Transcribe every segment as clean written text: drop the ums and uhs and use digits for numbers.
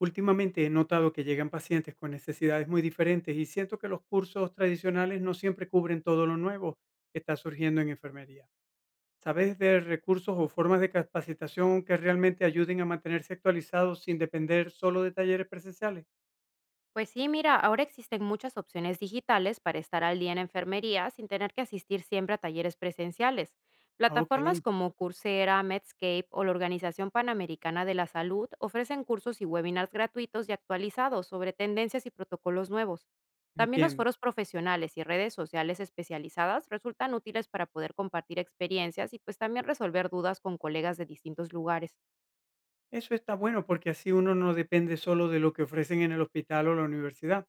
Últimamente he notado que llegan pacientes con necesidades muy diferentes y siento que los cursos tradicionales no siempre cubren todo lo nuevo que está surgiendo en enfermería. ¿Sabes de recursos o formas de capacitación que realmente ayuden a mantenerse actualizados sin depender solo de talleres presenciales? Pues sí, mira, ahora existen muchas opciones digitales para estar al día en enfermería sin tener que asistir siempre a talleres presenciales. Ah, ok, Plataformas como Coursera, Medscape o la Organización Panamericana de la Salud ofrecen cursos y webinars gratuitos y actualizados sobre tendencias y protocolos nuevos. También los entiendo. foros profesionales y redes sociales especializadas resultan útiles para poder compartir experiencias y pues también resolver dudas con colegas de distintos lugares. Eso está bueno porque así uno no depende solo de lo que ofrecen en el hospital o la universidad.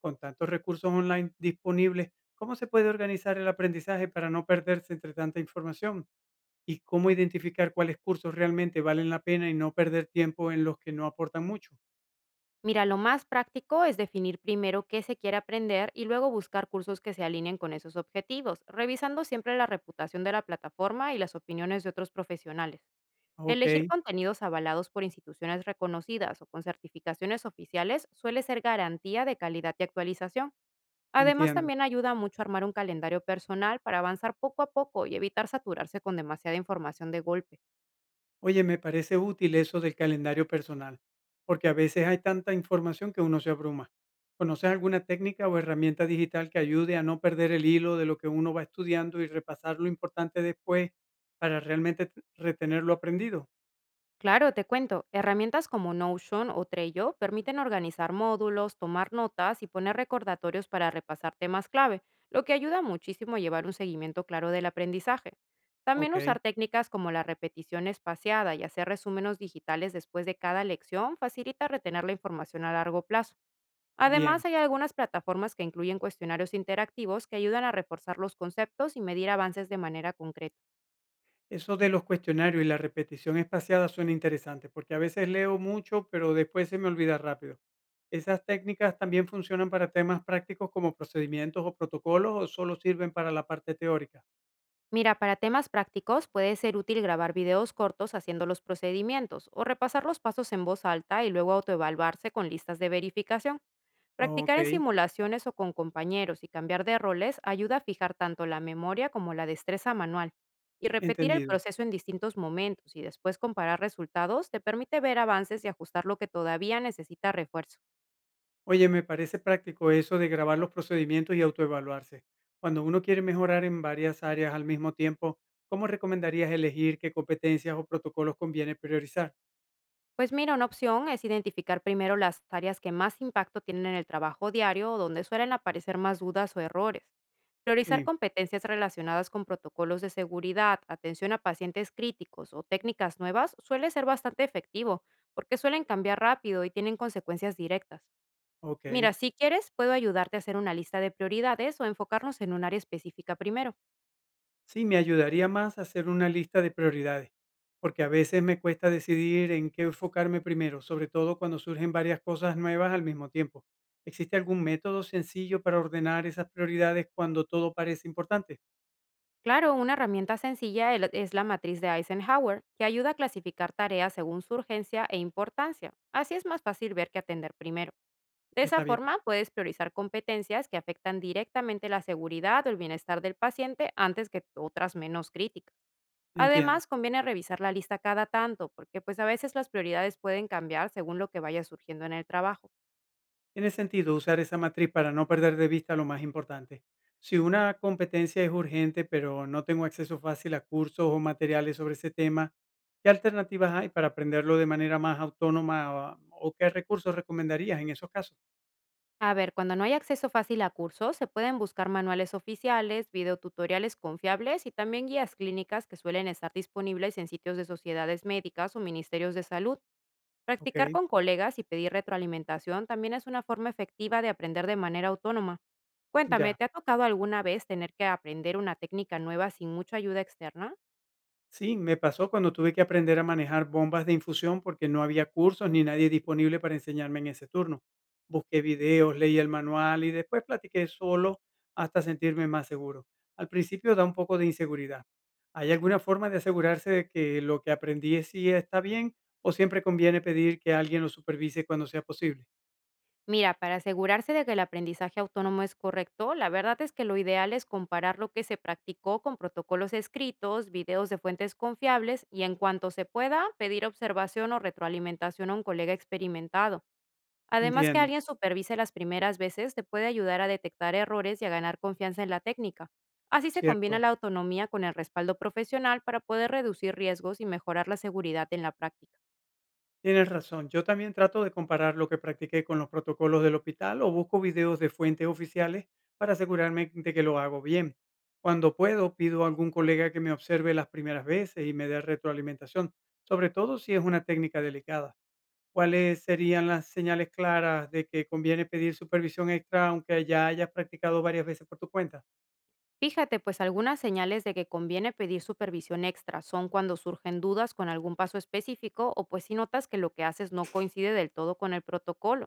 Con tantos recursos online disponibles, ¿cómo se puede organizar el aprendizaje para no perderse entre tanta información? Y cómo identificar cuáles cursos realmente valen la pena y no perder tiempo en los que no aportan mucho. Mira, lo más práctico es definir primero qué se quiere aprender y luego buscar cursos que se alineen con esos objetivos, revisando siempre la reputación de la plataforma y las opiniones de otros profesionales. Elegir Ok, contenidos avalados por instituciones reconocidas o con certificaciones oficiales suele ser garantía de calidad y actualización. Además, entiendo. también ayuda mucho a armar un calendario personal para avanzar poco a poco y evitar saturarse con demasiada información de golpe. Oye, me parece útil eso del calendario personal, porque a veces hay tanta información que uno se abruma. ¿Conoces alguna técnica o herramienta digital que ayude a no perder el hilo de lo que uno va estudiando y repasar lo importante después para realmente retener lo aprendido? Claro, te cuento, herramientas como Notion o Trello permiten organizar módulos, tomar notas y poner recordatorios para repasar temas clave, lo que ayuda muchísimo a llevar un seguimiento claro del aprendizaje. También Ok, usar técnicas como la repetición espaciada y hacer resúmenes digitales después de cada lección facilita retener la información a largo plazo. bien. Además, hay algunas plataformas que incluyen cuestionarios interactivos que ayudan a reforzar los conceptos y medir avances de manera concreta. Eso de los cuestionarios y la repetición espaciada suena interesante, porque a veces leo mucho, pero después se me olvida rápido. ¿Esas técnicas también funcionan para temas prácticos como procedimientos o protocolos o solo sirven para la parte teórica? Mira, para temas prácticos puede ser útil grabar videos cortos haciendo los procedimientos o repasar los pasos en voz alta y luego autoevaluarse con listas de verificación. Ok, Practicar en simulaciones o con compañeros y cambiar de roles ayuda a fijar tanto la memoria como la destreza manual. Y repetir el entendido. proceso en distintos momentos y después comparar resultados te permite ver avances y ajustar lo que todavía necesita refuerzo. Oye, me parece práctico eso de grabar los procedimientos y autoevaluarse. Cuando uno quiere mejorar en varias áreas al mismo tiempo, ¿cómo recomendarías elegir qué competencias o protocolos conviene priorizar? Pues mira, una opción es identificar primero las áreas que más impacto tienen en el trabajo diario o donde suelen aparecer más dudas o errores. Priorizar Sí, competencias relacionadas con protocolos de seguridad, atención a pacientes críticos o técnicas nuevas suele ser bastante efectivo porque suelen cambiar rápido y tienen consecuencias directas. Mira, ok. si quieres, puedo ayudarte a hacer una lista de prioridades o enfocarnos en un área específica primero. Sí, me ayudaría más hacer una lista de prioridades, porque a veces me cuesta decidir en qué enfocarme primero, sobre todo cuando surgen varias cosas nuevas al mismo tiempo. ¿Existe algún método sencillo para ordenar esas prioridades cuando todo parece importante? Claro, una herramienta sencilla es la matriz de Eisenhower, que ayuda a clasificar tareas según su urgencia e importancia. Así es más fácil ver que atender primero. De esa Está bien, forma, puedes priorizar competencias que afectan directamente la seguridad o el bienestar del paciente antes que otras menos críticas. entiendo. Además, conviene revisar la lista cada tanto, porque pues a veces las prioridades pueden cambiar según lo que vaya surgiendo en el trabajo. Tiene sentido usar esa matriz para no perder de vista lo más importante. Si una competencia es urgente, pero no tengo acceso fácil a cursos o materiales sobre ese tema, ¿qué alternativas hay para aprenderlo de manera más autónoma o qué recursos recomendarías en esos casos? A ver, cuando no hay acceso fácil a cursos, se pueden buscar manuales oficiales, videotutoriales confiables y también guías clínicas que suelen estar disponibles en sitios de sociedades médicas o ministerios de salud. Ok, Practicar con colegas y pedir retroalimentación también es una forma efectiva de aprender de manera autónoma. Cuéntame, ya. ¿te ha tocado alguna vez tener que aprender una técnica nueva sin mucha ayuda externa? Sí, me pasó cuando tuve que aprender a manejar bombas de infusión porque no había cursos ni nadie disponible para enseñarme en ese turno. Busqué videos, leí el manual y después platiqué solo hasta sentirme más seguro. Al principio da un poco de inseguridad. ¿Hay alguna forma de asegurarse de que lo que aprendí sí está bien o siempre conviene pedir que alguien lo supervise cuando sea posible? Mira, para asegurarse de que el aprendizaje autónomo es correcto, la verdad es que lo ideal es comparar lo que se practicó con protocolos escritos, videos de fuentes confiables y, en cuanto se pueda, pedir observación o retroalimentación a un colega experimentado. Además, que Entiendo, alguien supervise las primeras veces te puede ayudar a detectar errores y a ganar confianza en la técnica. Así se combina cierto. la autonomía con el respaldo profesional para poder reducir riesgos y mejorar la seguridad en la práctica. Tienes razón, yo también trato de comparar lo que practiqué con los protocolos del hospital o busco videos de fuentes oficiales para asegurarme de que lo hago bien. Cuando puedo, pido a algún colega que me observe las primeras veces y me dé retroalimentación, sobre todo si es una técnica delicada. ¿Cuáles serían las señales claras de que conviene pedir supervisión extra aunque ya hayas practicado varias veces por tu cuenta? Fíjate, pues algunas señales de que conviene pedir supervisión extra son cuando surgen dudas con algún paso específico o pues si notas que lo que haces no coincide del todo con el protocolo.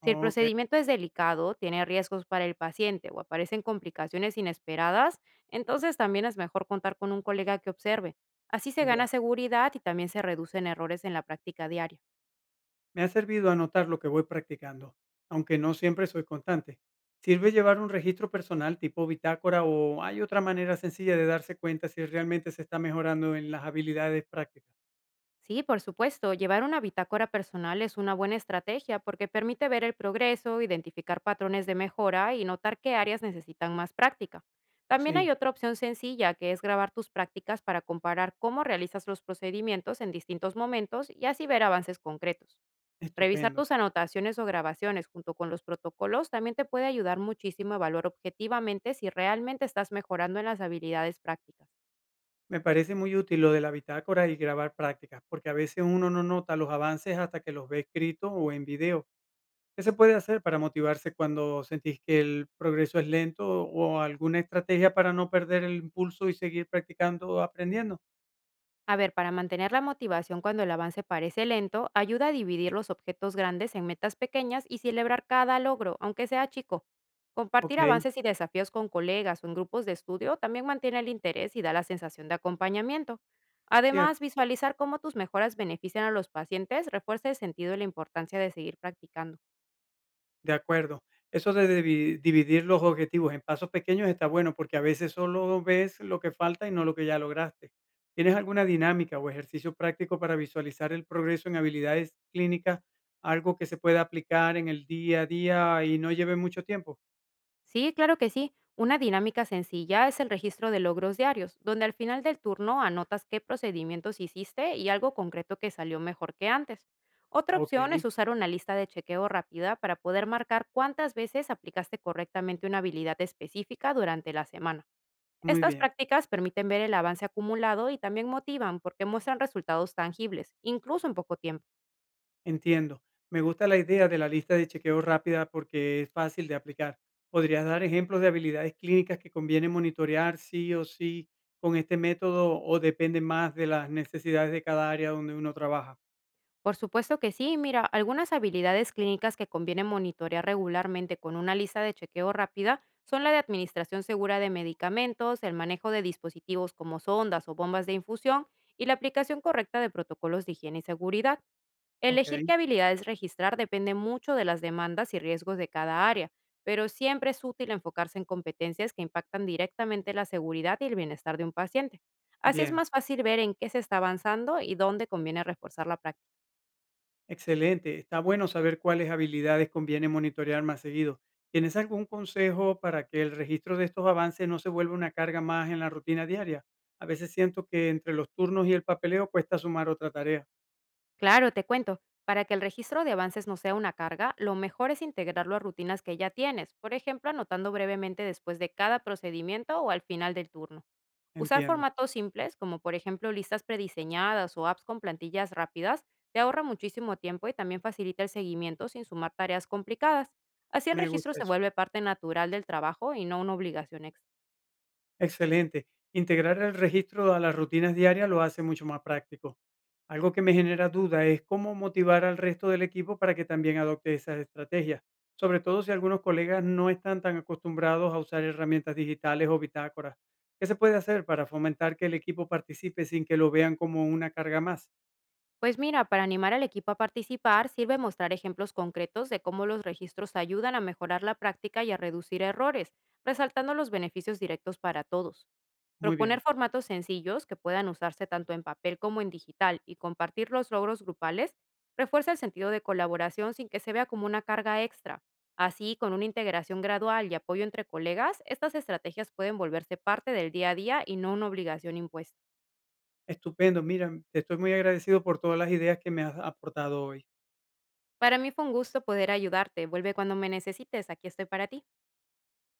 Si el Ok, procedimiento es delicado, tiene riesgos para el paciente o aparecen complicaciones inesperadas, entonces también es mejor contar con un colega que observe. Así se gana ya. seguridad y también se reducen errores en la práctica diaria. Me ha servido anotar lo que voy practicando, aunque no siempre soy constante. ¿Sirve llevar un registro personal tipo bitácora o hay otra manera sencilla de darse cuenta si realmente se está mejorando en las habilidades prácticas? Sí, por supuesto, llevar una bitácora personal es una buena estrategia porque permite ver el progreso, identificar patrones de mejora y notar qué áreas necesitan más práctica. También Sí, hay otra opción sencilla que es grabar tus prácticas para comparar cómo realizas los procedimientos en distintos momentos y así ver avances concretos. Revisar estupendo. tus anotaciones o grabaciones junto con los protocolos también te puede ayudar muchísimo a evaluar objetivamente si realmente estás mejorando en las habilidades prácticas. Me parece muy útil lo de la bitácora y grabar prácticas, porque a veces uno no nota los avances hasta que los ve escrito o en video. ¿Qué se puede hacer para motivarse cuando sentís que el progreso es lento o alguna estrategia para no perder el impulso y seguir practicando o aprendiendo? A ver, para mantener la motivación cuando el avance parece lento, ayuda a dividir los objetos grandes en metas pequeñas y celebrar cada logro, aunque sea chico. Ok, Compartir avances y desafíos con colegas o en grupos de estudio también mantiene el interés y da la sensación de acompañamiento. Además, cierto. visualizar cómo tus mejoras benefician a los pacientes refuerza el sentido y la importancia de seguir practicando. De acuerdo. Eso de dividir los objetivos en pasos pequeños está bueno, porque a veces solo ves lo que falta y no lo que ya lograste. ¿Tienes alguna dinámica o ejercicio práctico para visualizar el progreso en habilidades clínicas, algo que se pueda aplicar en el día a día y no lleve mucho tiempo? Sí, claro que sí. Una dinámica sencilla es el registro de logros diarios, donde al final del turno anotas qué procedimientos hiciste y algo concreto que salió mejor que antes. Otra opción es Okey, usar una lista de chequeo rápida para poder marcar cuántas veces aplicaste correctamente una habilidad específica durante la semana. muy Estas bien. prácticas permiten ver el avance acumulado y también motivan porque muestran resultados tangibles, incluso en poco tiempo. Entiendo. Me gusta la idea de la lista de chequeo rápida porque es fácil de aplicar. ¿Podrías dar ejemplos de habilidades clínicas que conviene monitorear sí o sí con este método o depende más de las necesidades de cada área donde uno trabaja? Por supuesto que sí, mira, algunas habilidades clínicas que conviene monitorear regularmente con una lista de chequeo rápida son la de administración segura de medicamentos, el manejo de dispositivos como sondas o bombas de infusión y la aplicación correcta de protocolos de higiene y seguridad. Ok, Elegir qué habilidades registrar depende mucho de las demandas y riesgos de cada área, pero siempre es útil enfocarse en competencias que impactan directamente la seguridad y el bienestar de un paciente. Así es bien, más fácil ver en qué se está avanzando y dónde conviene reforzar la práctica. excelente. Está bueno saber cuáles habilidades conviene monitorear más seguido. ¿Tienes algún consejo para que el registro de estos avances no se vuelva una carga más en la rutina diaria? A veces siento que entre los turnos y el papeleo cuesta sumar otra tarea. Claro, te cuento. Para que el registro de avances no sea una carga, lo mejor es integrarlo a rutinas que ya tienes, por ejemplo, anotando brevemente después de cada procedimiento o al final del turno. Usar Entiendo. formatos simples, como por ejemplo listas prediseñadas o apps con plantillas rápidas, te ahorra muchísimo tiempo y también facilita el seguimiento sin sumar tareas complicadas. Así el Me registro gusta se eso. vuelve parte natural del trabajo y no una obligación extra. Excelente. Integrar el registro a las rutinas diarias lo hace mucho más práctico. Algo que me genera duda es cómo motivar al resto del equipo para que también adopte esas estrategias, sobre todo si algunos colegas no están tan acostumbrados a usar herramientas digitales o bitácoras. ¿Qué se puede hacer para fomentar que el equipo participe sin que lo vean como una carga más? Pues mira, para animar al equipo a participar sirve mostrar ejemplos concretos de cómo los registros ayudan a mejorar la práctica y a reducir errores, resaltando los beneficios directos para todos. Muy Proponer bien, formatos sencillos que puedan usarse tanto en papel como en digital y compartir los logros grupales refuerza el sentido de colaboración sin que se vea como una carga extra. Así, con una integración gradual y apoyo entre colegas, estas estrategias pueden volverse parte del día a día y no una obligación impuesta. estupendo. Mira, te estoy muy agradecido por todas las ideas que me has aportado hoy. Para mí fue un gusto poder ayudarte. Vuelve cuando me necesites, aquí estoy para ti.